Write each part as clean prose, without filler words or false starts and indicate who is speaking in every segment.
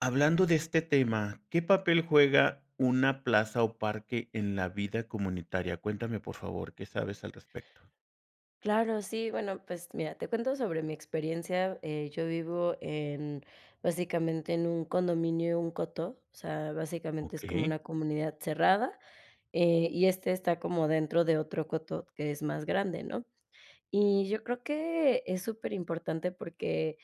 Speaker 1: Hablando de este tema, ¿qué papel juega una plaza o parque en la vida comunitaria? Cuéntame, por favor, ¿qué sabes al respecto?
Speaker 2: Claro, sí, bueno, pues mira, te cuento sobre mi experiencia. Yo vivo básicamente en un condominio, un coto, o sea, básicamente es como
Speaker 1: Okey,
Speaker 2: una comunidad cerrada. Y este está como dentro de otro coto que es más grande, ¿no? Y yo creo que es súper importante porque,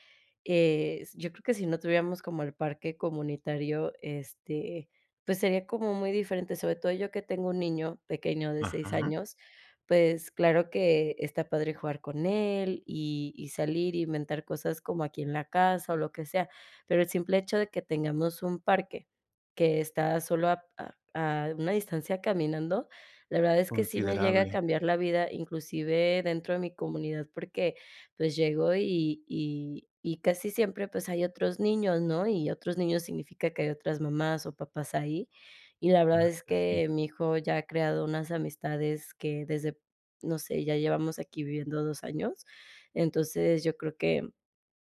Speaker 2: s yo creo que si no tuviéramos como el parque comunitario, pues, sería como muy diferente, sobre todo yo que tengo un niño pequeño de seis
Speaker 1: ajá,
Speaker 2: años, Pues, claro que está padre jugar con él y salir, y inventar cosas como aquí en la casa o lo que sea, pero el simple hecho de que tengamos un parque que está solo a una distancia caminando. La verdad es que sí me llega a
Speaker 1: considerable.
Speaker 2: cambiar la vida, inclusive dentro de mi comunidad, porque, pues, llego y casi siempre, pues, hay otros niños, ¿no? Y otros niños significa que hay otras mamás o papás ahí. Y la verdad es
Speaker 1: Ah, sí,
Speaker 2: que mi hijo ya ha creado unas amistades que desde, no sé, ya llevamos aquí viviendo 2 años. Entonces, yo creo que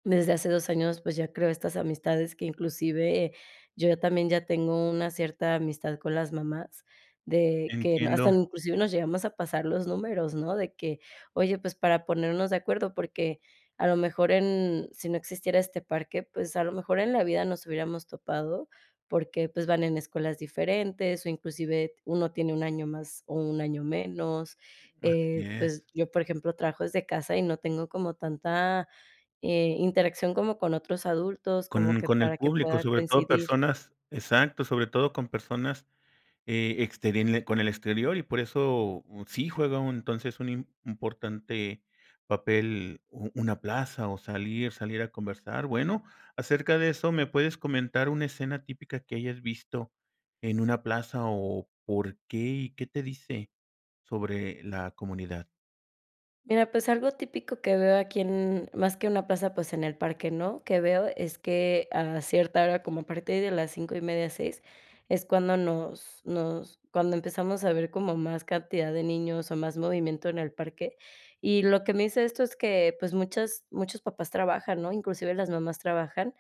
Speaker 2: desde hace 2 años, pues, ya creo estas amistades que inclusive, yo ya también ya tengo una cierta amistad con las mamás, de que no hasta
Speaker 1: entiendo,
Speaker 2: inclusive nos llegamos a pasar los números, ¿no? De que, oye, pues, para ponernos de acuerdo, porque a lo mejor en si no existiera este parque, pues, a lo mejor en la vida nos hubiéramos topado, porque, pues, van en escuelas diferentes, o inclusive uno tiene un año más o un año menos.
Speaker 1: así es.
Speaker 2: Pues, yo, por ejemplo, trabajo desde casa y no tengo como tanta interacción como con otros adultos, como
Speaker 1: Con
Speaker 2: que
Speaker 1: el
Speaker 2: para que
Speaker 1: público,
Speaker 2: pueda
Speaker 1: sobre todo
Speaker 2: coincidir.
Speaker 1: personas, exacto, sobre todo con personas, exteri en el con el exterior, y por eso, sí juega un entonces un im importante papel u una plaza o salir a conversar. Bueno, acerca de eso, ¿me puedes comentar una escena típica que hayas visto en una plaza o por qué y qué te dice sobre la comunidad?
Speaker 2: Mira, pues algo típico que veo aquí en más que una plaza, pues en el parque, ¿no? Que veo es que a cierta hora, como a partir de las cinco y media 6, es cuando nos nos cuando empezamos a ver como más cantidad de niños o más movimiento en el parque. Y lo que me dice esto es que, pues, muchas muchos papás trabajan, ¿no? Inclusive las mamás trabajan,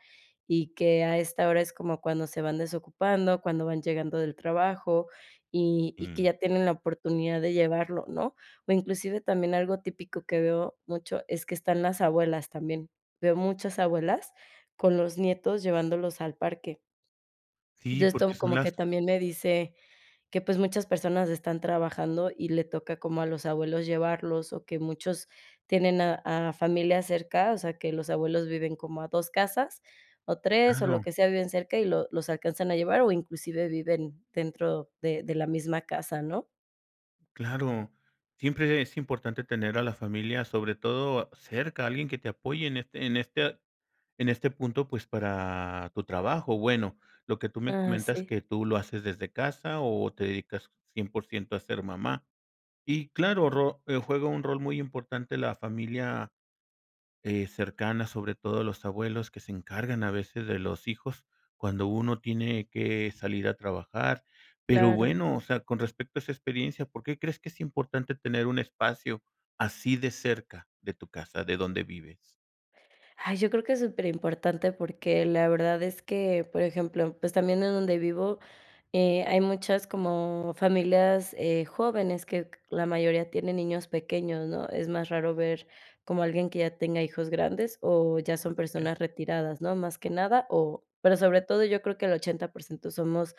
Speaker 2: y que a esta hora es como cuando se van desocupando, cuando van llegando del trabajo, y que
Speaker 1: Mm,
Speaker 2: ya tienen la oportunidad de llevarlo, ¿no? O inclusive también algo típico que veo mucho es que están las abuelas también. Veo muchas abuelas con los nietos llevándolos al parque.
Speaker 1: sí,
Speaker 2: Entonces,
Speaker 1: porque
Speaker 2: esto
Speaker 1: son
Speaker 2: como que
Speaker 1: las,
Speaker 2: también me dice que, pues, muchas personas están trabajando y le toca como a los abuelos llevarlos, o que muchos tienen a familia cerca, o sea, que los abuelos viven como a 2 casas, o tres o lo
Speaker 1: claro,
Speaker 2: que sea, viven cerca y lo los alcanzan a llevar, o inclusive viven dentro de la misma casa, ¿no?
Speaker 1: claro. Siempre es importante tener a la familia, sobre todo cerca, alguien que te apoye en este en este punto, pues, para tu trabajo. Bueno, lo que tú me
Speaker 2: Ah,
Speaker 1: comentas,
Speaker 2: sí,
Speaker 1: que tú lo haces desde casa o te dedicas 100% a ser mamá. Y claro, ro juega un rol muy importante la familia, cercana, sobre todo los abuelos, que se encargan a veces de los hijos cuando uno tiene que salir a trabajar. Pero
Speaker 2: claro.
Speaker 1: bueno, o sea, con respecto a esa experiencia, ¿por qué crees que es importante tener un espacio así de cerca de tu casa, de donde vives?
Speaker 2: Ay, yo creo que es súper importante porque la verdad es que, por ejemplo, pues también en donde vivo, hay muchas como familias, jóvenes que la mayoría tienen niños pequeños, ¿no? Es más raro ver como alguien que ya tenga hijos grandes o ya son
Speaker 1: Así es,
Speaker 2: personas retiradas, ¿no? Más que nada, o pero sobre todo yo creo que el 80% somos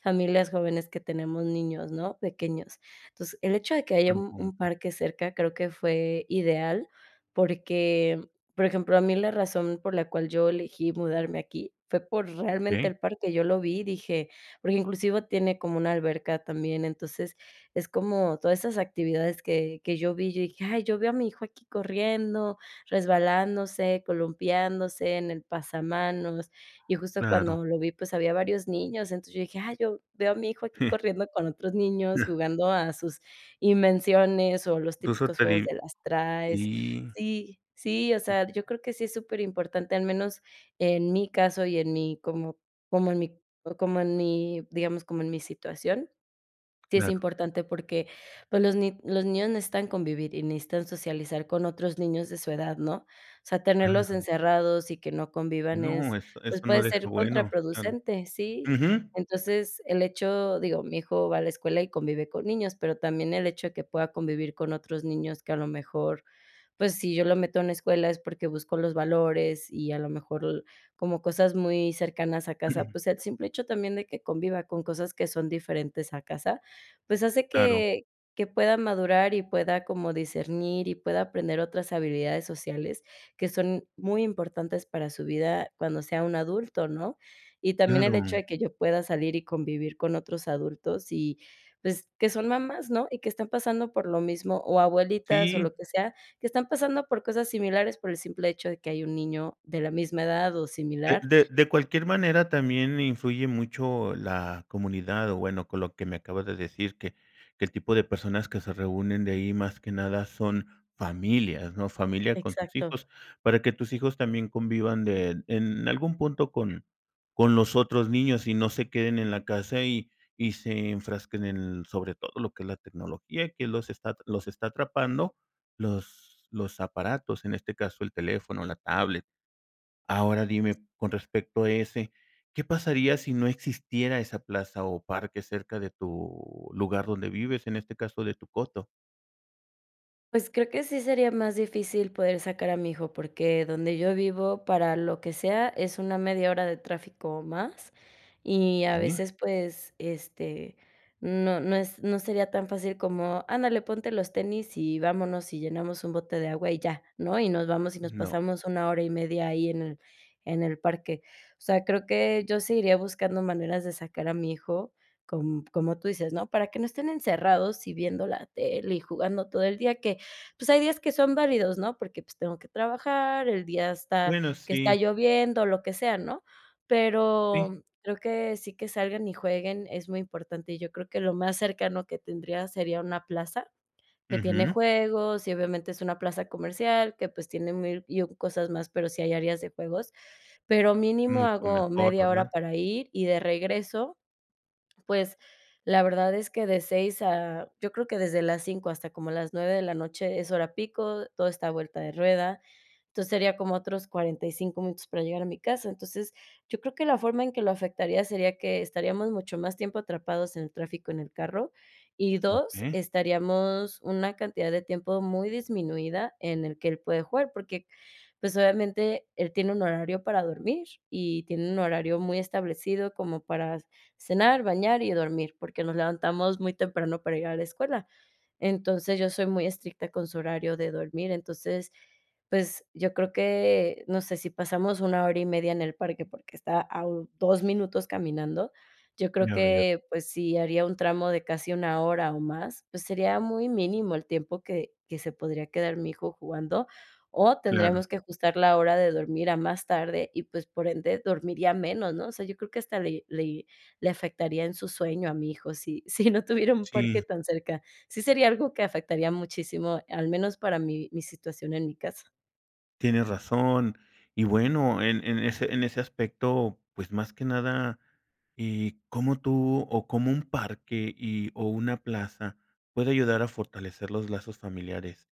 Speaker 2: familias jóvenes que tenemos niños, ¿no? Pequeños. Entonces, el hecho de que haya
Speaker 1: buen
Speaker 2: un
Speaker 1: punto.
Speaker 2: parque cerca creo que fue ideal porque, por ejemplo, a mí la razón por la cual yo elegí mudarme aquí fue por realmente
Speaker 1: Okey,
Speaker 2: el parque. Yo lo vi y dije: porque inclusive tiene como una alberca también, entonces es como todas esas actividades que yo vi, yo dije: "Ay, yo veo a mi hijo aquí corriendo, resbalándose, columpiándose en el pasamanos", y justo
Speaker 1: claro.
Speaker 2: cuando lo vi, pues, había varios niños, entonces yo dije: "Ay, yo veo a mi hijo aquí corriendo con otros niños, jugando a sus invenciones o los
Speaker 1: Incluso
Speaker 2: típicos
Speaker 1: te
Speaker 2: juegos
Speaker 1: di
Speaker 2: de las traes".
Speaker 1: y
Speaker 2: Sí, sí, o sea, yo creo que sí es súper importante al menos en mi caso y en mi como en mi o como en mi, digamos, como en mi situación, sí es
Speaker 1: claro,
Speaker 2: importante porque, pues, los ni los niños necesitan convivir y necesitan socializar con otros niños de su edad, ¿no? O sea, tenerlos
Speaker 1: claro.
Speaker 2: encerrados y que no convivan
Speaker 1: No,
Speaker 2: es,
Speaker 1: eso
Speaker 2: pues,
Speaker 1: no
Speaker 2: puede
Speaker 1: deja,
Speaker 2: ser
Speaker 1: bueno, claro.
Speaker 2: contraproducente, sí.
Speaker 1: Ujú.
Speaker 2: Entonces, el hecho digo, mi hijo va a la escuela y convive con niños, pero también el hecho de que pueda convivir con otros niños que a lo mejor pues si yo lo meto a una escuela es porque busco los valores y a lo mejor como cosas muy cercanas a casa, pues el simple hecho también de que conviva con cosas que son diferentes a casa, pues hace
Speaker 1: Claro,
Speaker 2: que pueda madurar y pueda como discernir y pueda aprender otras habilidades sociales que son muy importantes para su vida cuando sea un adulto, ¿no? Y también el hecho
Speaker 1: claro.
Speaker 2: de que yo pueda salir y convivir con otros adultos y, pues, que son mamás, ¿no? Y que están pasando por lo mismo, o abuelitas o
Speaker 1: Sí.
Speaker 2: lo que sea que están pasando por cosas similares por el simple hecho de que hay un niño de la misma edad o
Speaker 1: De
Speaker 2: similar.
Speaker 1: cualquier manera, también influye mucho la comunidad, o bueno, con lo que me acabas de decir, que el tipo de personas que se reúnen de ahí, más que nada, son familias, ¿no? Familia con sus
Speaker 2: Exacto.
Speaker 1: hijos, para que tus hijos también convivan de en algún punto con los otros niños y no se queden en la casa y se enfrasquen en, sobre todo, lo que es la tecnología, que los está, los está atrapando, los aparatos, en este caso, el teléfono, la tablet. Ahora dime, con respecto a ese, ¿qué pasaría si no existiera esa plaza o parque cerca de tu lugar donde vives, en este caso de tu coto?
Speaker 2: Pues creo que sí sería más difícil poder sacar a mi hijo, porque donde yo vivo, para lo que sea, es una media hora de tráfico o más, y a
Speaker 1: Okey,
Speaker 2: veces, pues, no sería tan fácil como: "Ándale, ponte los tenis y vámonos y llenamos un bote de agua y ya", ¿no? Y nos vamos y nos
Speaker 1: no.
Speaker 2: pasamos una hora y media ahí en el parque. O sea, creo que yo seguiría buscando maneras de sacar a mi hijo, como tú dices, ¿no? Para que no estén encerrados y viendo la tele y jugando todo el día, que pues, hay días que son válidos, ¿no? Porque, pues, tengo que trabajar, el día está
Speaker 1: Bueno,
Speaker 2: que está
Speaker 1: sí,
Speaker 2: lloviendo, lo que sea, ¿no?
Speaker 1: sí.
Speaker 2: Pero creo que sí que salgan y jueguen es muy importante, y yo creo que lo más cercano que tendría sería una plaza que tiene
Speaker 1: Ujú,
Speaker 2: juegos, y obviamente es una plaza comercial que, pues, tiene 1000 y una cosas más, pero sí hay áreas de juegos, pero mínimo
Speaker 1: mucho
Speaker 2: hago
Speaker 1: mejor,
Speaker 2: media hora
Speaker 1: ¿verdad?
Speaker 2: para ir y de regreso. Pues, la verdad es que de 6 a yo creo que desde las 5 hasta como las 9 de la noche es hora pico, todo está a vuelta de rueda. Entonces sería como otros 45 minutos para llegar a mi casa. Entonces, yo creo que la forma en que lo afectaría sería que estaríamos mucho más tiempo atrapados en el tráfico en el carro y dos,
Speaker 1: Okey,
Speaker 2: estaríamos una cantidad de tiempo muy disminuida en el que él puede jugar, porque, pues, obviamente él tiene un horario para dormir y tiene un horario muy establecido como para cenar, bañar y dormir, porque nos levantamos muy temprano para ir a la escuela. Entonces, yo soy muy estricta con su horario de dormir, entonces pues, yo creo que, no sé, si pasamos una hora y media en el parque, porque está a u 2 minutos caminando, yo creo
Speaker 1: ya veo,
Speaker 2: que, pues, si haría un tramo de casi una hora o más, pues, sería muy mínimo el tiempo que se podría quedar mi hijo jugando, o
Speaker 1: claro.
Speaker 2: tendríamos que ajustar la hora de dormir a más tarde y, pues, por ende, dormiría menos, ¿no? O sea, yo creo que hasta le afectaría en su sueño a mi hijo si si no tuviera un parque
Speaker 1: Sí,
Speaker 2: tan cerca. Sí sería algo que afectaría muchísimo, al menos para mi situación en mi casa.
Speaker 1: tienes razón. Y bueno, en ese aspecto, pues, más que nada, ¿y cómo tú o cómo un parque o una plaza puede ayudar a fortalecer los lazos familiares?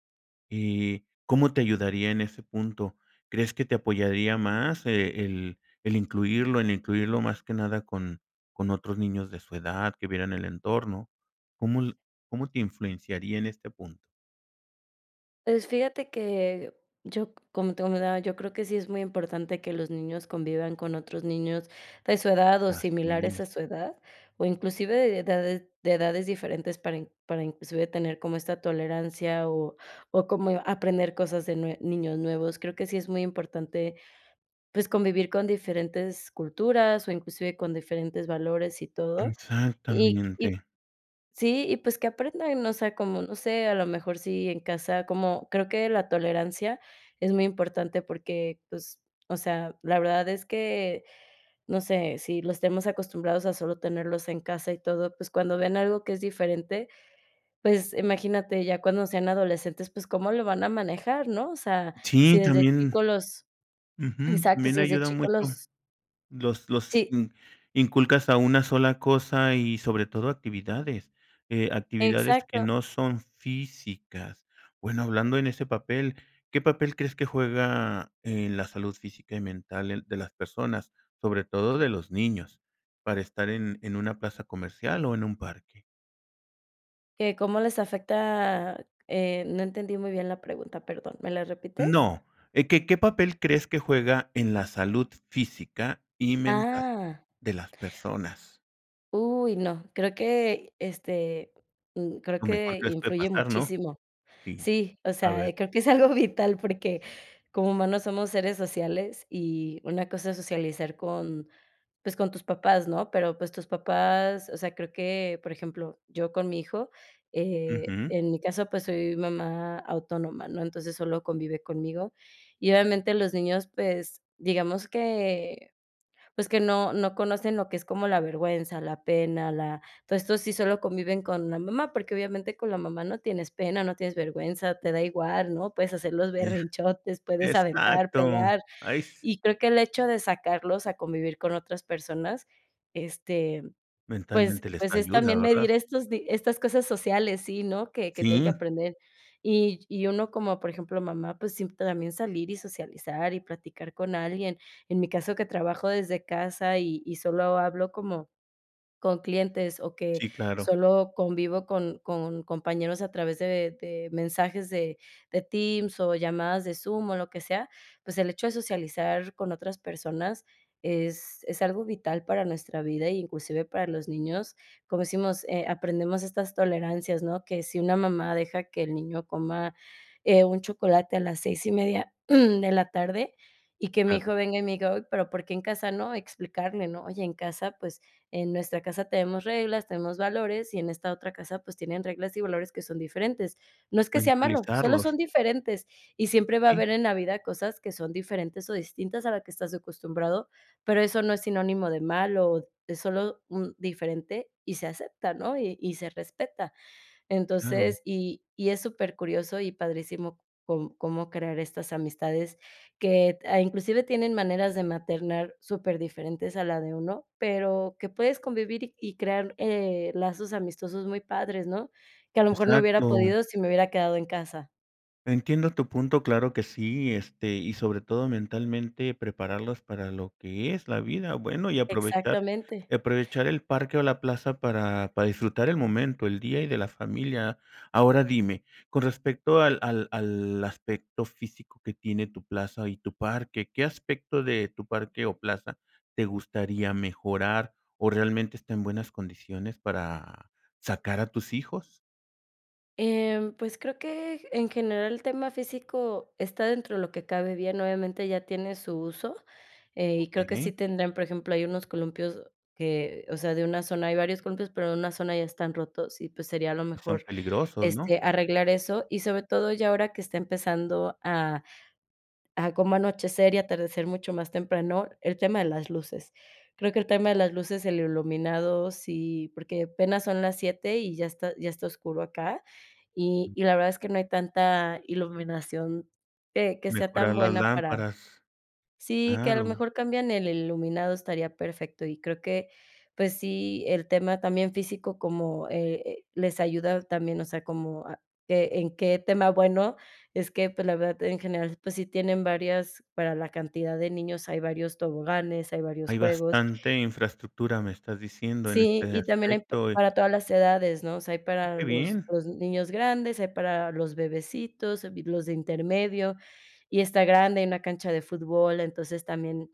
Speaker 1: ¿Y cómo te ayudaría en ese punto? ¿Crees que te apoyaría más, el el incluirlo más que nada con otros niños de su edad, que vieran el entorno? ¿Cómo l ¿Cómo te influenciaría en este punto?
Speaker 2: Pues fíjate que yo, como te comentaba, yo creo que sí es muy importante que los niños convivan con otros niños de su edad o
Speaker 1: Así
Speaker 2: similares a
Speaker 1: es.
Speaker 2: su edad, o inclusive de edades, diferentes para, para inclusive tener como esta tolerancia o como aprender cosas de niños nuevos. Creo que sí es muy importante pues convivir con diferentes culturas o inclusive con diferentes valores y todo. Y
Speaker 1: Exactamente.
Speaker 2: sí, y pues que aprendan, o sea, como, no sé, a lo mejor sí en casa, como creo que la tolerancia es muy importante porque, pues, o sea, la verdad es que, no sé, si los tenemos acostumbrados a solo tenerlos en casa y todo, pues cuando ven algo que es diferente, pues imagínate ya cuando sean adolescentes, pues cómo lo van a manejar, ¿no? O sea, si
Speaker 1: Sí,
Speaker 2: desde
Speaker 1: también
Speaker 2: chicos los
Speaker 1: ujú,
Speaker 2: exacto,
Speaker 1: también
Speaker 2: si desde
Speaker 1: ayuda
Speaker 2: chicos
Speaker 1: mucho.
Speaker 2: los
Speaker 1: Los
Speaker 2: sí,
Speaker 1: in inculcas a una sola cosa y, sobre todo, actividades, actividades que
Speaker 2: exacto,
Speaker 1: no son físicas. Bueno, hablando en ese papel, ¿qué papel crees que juega en la salud física y mental el de las personas, sobre todo de los niños, para estar en una plaza comercial o en un parque?
Speaker 2: que cómo les afecta, no entendí muy bien la pregunta, perdón, ¿me la repites?
Speaker 1: No, ¿qué papel crees que juega en la salud física y mental
Speaker 2: Ah,
Speaker 1: de las personas?
Speaker 2: uy, no, creo que, creo
Speaker 1: Lo mejor
Speaker 2: que
Speaker 1: que les puede
Speaker 2: influye
Speaker 1: pasar, ¿no?
Speaker 2: muchísimo.
Speaker 1: Sí,
Speaker 2: Sí, o
Speaker 1: a
Speaker 2: sea,
Speaker 1: ver.
Speaker 2: creo que es algo vital porque como humanos somos seres sociales y una cosa es socializar con, pues, con tus papás, ¿no? Pero, pues, tus papás, o sea, creo que, por ejemplo, yo con mi hijo,
Speaker 1: Ujú,
Speaker 2: en mi caso, pues, soy mamá autónoma, ¿no? Entonces, solo convive conmigo. Y obviamente los niños, pues, digamos que pues que no conocen lo que es como la vergüenza, la pena, la todo esto sí solo conviven con la mamá, porque obviamente con la mamá no tienes pena, no tienes vergüenza, te da igual, ¿no? Puedes hacer los
Speaker 1: eh,
Speaker 2: berrinchotes, puedes aventar,
Speaker 1: exacto.
Speaker 2: pegar,
Speaker 1: ahí s
Speaker 2: y creo que el hecho de sacarlos a convivir con otras personas, este pues
Speaker 1: Mentalmente les
Speaker 2: es
Speaker 1: ayuda,
Speaker 2: también
Speaker 1: ¿verdad?
Speaker 2: medir estos di estas cosas sociales, sí, ¿no? Que tienen que
Speaker 1: Sí,
Speaker 2: aprender. Y uno como, por ejemplo, mamá, pues, sí, también salir y socializar y platicar con alguien. En mi caso, que trabajo desde casa y solo hablo como con clientes o que
Speaker 1: sí, claro,
Speaker 2: solo convivo con compañeros a través de mensajes de Teams o llamadas de Zoom o lo que sea, pues el hecho de socializar con otras personas es algo vital para nuestra vida y inclusive para los niños, como decimos, aprendemos estas tolerancias, ¿no? Que si una mamá deja que el niño coma, un chocolate a las 6:30 de la tarde y que mi
Speaker 1: claro,
Speaker 2: hijo venga y me diga: "Oy, pero ¿por qué en casa no?". Explicarle, ¿no? Oye, en casa, pues en nuestra casa tenemos reglas, tenemos valores y en esta otra casa pues tienen reglas y valores que son diferentes. No es que sea malo, solo
Speaker 1: mentalizarlos.
Speaker 2: son diferentes y siempre va a
Speaker 1: Sí,
Speaker 2: haber en la vida cosas que son diferentes o distintas a la que estás acostumbrado, pero eso no es sinónimo de malo, es solo un diferente y se acepta, ¿no? Y se respeta.
Speaker 1: claro,
Speaker 2: Entonces, y es súper curioso y padrísimo co cómo crear estas amistades que, inclusive tienen maneras de maternar súper diferentes a la de uno, pero que puedes convivir y crear, lazos amistosos muy padres, ¿no? Que a lo mejor no hubiera
Speaker 1: exacto.
Speaker 2: podido si me hubiera quedado en casa.
Speaker 1: Entiendo tu punto, claro que sí, este, y sobre todo mentalmente prepararlos para lo que es la vida. Bueno, y
Speaker 2: Exactamente.
Speaker 1: aprovechar el parque o la plaza para disfrutar el momento, el día y de la familia. Ahora dime, con respecto al aspecto físico que tiene tu plaza y tu parque, ¿qué aspecto de tu parque o plaza te gustaría mejorar, o realmente está en buenas condiciones para sacar a tus hijos?
Speaker 2: Pues creo que en general el tema físico está dentro de lo que cabe bien, obviamente ya tiene su uso, y creo que sí
Speaker 1: Okey,
Speaker 2: tendrán, por ejemplo, hay unos columpios que, o sea, de una zona hay varios columpios, pero de una zona ya están rotos y pues sería a lo
Speaker 1: ¿y son
Speaker 2: mejor,
Speaker 1: peligrosos, no?
Speaker 2: arreglar eso y sobre todo ya ahora que está empezando a Ajá, cómo anochecer y atardecer mucho más temprano. El tema de las luces. Creo que el tema de las luces, el iluminado, sí, porque apenas son las 7 y ya está oscuro acá, y la verdad es que no hay tanta iluminación que sea tan
Speaker 1: Mejorar las
Speaker 2: buena para
Speaker 1: lámparas,
Speaker 2: sí, que a lo
Speaker 1: claro.
Speaker 2: mejor cambian el iluminado, estaría perfecto. Y creo que, pues sí, el tema también físico como, les ayuda también, o sea, como a que en qué tema bueno, es que, pues, la verdad, en general, pues sí tienen varias para la cantidad de niños hay varios toboganes, hay varios
Speaker 1: Hay
Speaker 2: juegos.
Speaker 1: bastante infraestructura, me estás diciendo, en
Speaker 2: Sí,
Speaker 1: este
Speaker 2: y también hay pa
Speaker 1: aspecto,
Speaker 2: para todas las edades, ¿no? O sea, hay para
Speaker 1: qué
Speaker 2: los
Speaker 1: bien.
Speaker 2: los niños grandes, hay para los bebecitos, los de intermedio, y está grande, hay una cancha de fútbol, entonces también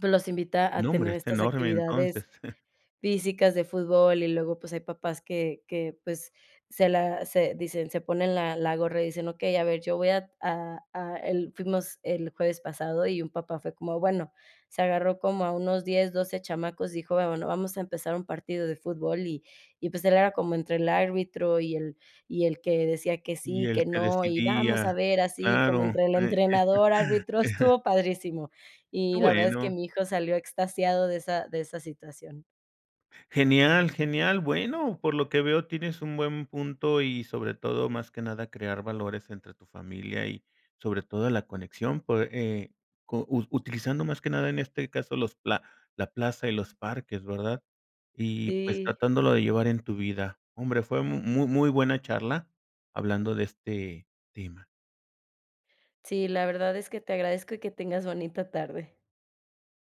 Speaker 2: pues, los invita a
Speaker 1: No, hombre,
Speaker 2: tener
Speaker 1: está
Speaker 2: estas
Speaker 1: enorme entonces.
Speaker 2: actividades, físicas de fútbol y luego, pues, hay papás que, pues, se la se dicen se ponen la gorra y dicen: "Okey, a ver, yo voy a" el fuimos el jueves pasado y un papá fue como, bueno, se agarró como a unos 10 12 chamacos, dijo: "Bueno, vamos a empezar un partido de fútbol", pues, él era como entre el árbitro y el que decía que
Speaker 1: Y
Speaker 2: sí, que
Speaker 1: el que
Speaker 2: no, y vamos
Speaker 1: decidía,
Speaker 2: a ver, así como
Speaker 1: claro,
Speaker 2: entre el
Speaker 1: eh,
Speaker 2: entrenador, árbitro, estuvo padrísimo.
Speaker 1: qué
Speaker 2: Y la verdad es que
Speaker 1: bueno.
Speaker 2: mi hijo salió extasiado de esa situación.
Speaker 1: Genial, genial. Bueno, por lo que veo, tienes un buen punto, y sobre todo, más que nada, crear valores entre tu familia y sobre todo la conexión, por, utilizando más que nada en este caso la plaza y los parques, ¿verdad? Y pues
Speaker 2: Sí,
Speaker 1: tratándolo de llevar en tu vida. Hombre, fue muy, muy buena charla hablando de este tema.
Speaker 2: sí, la verdad es que te agradezco y que tengas bonita tarde.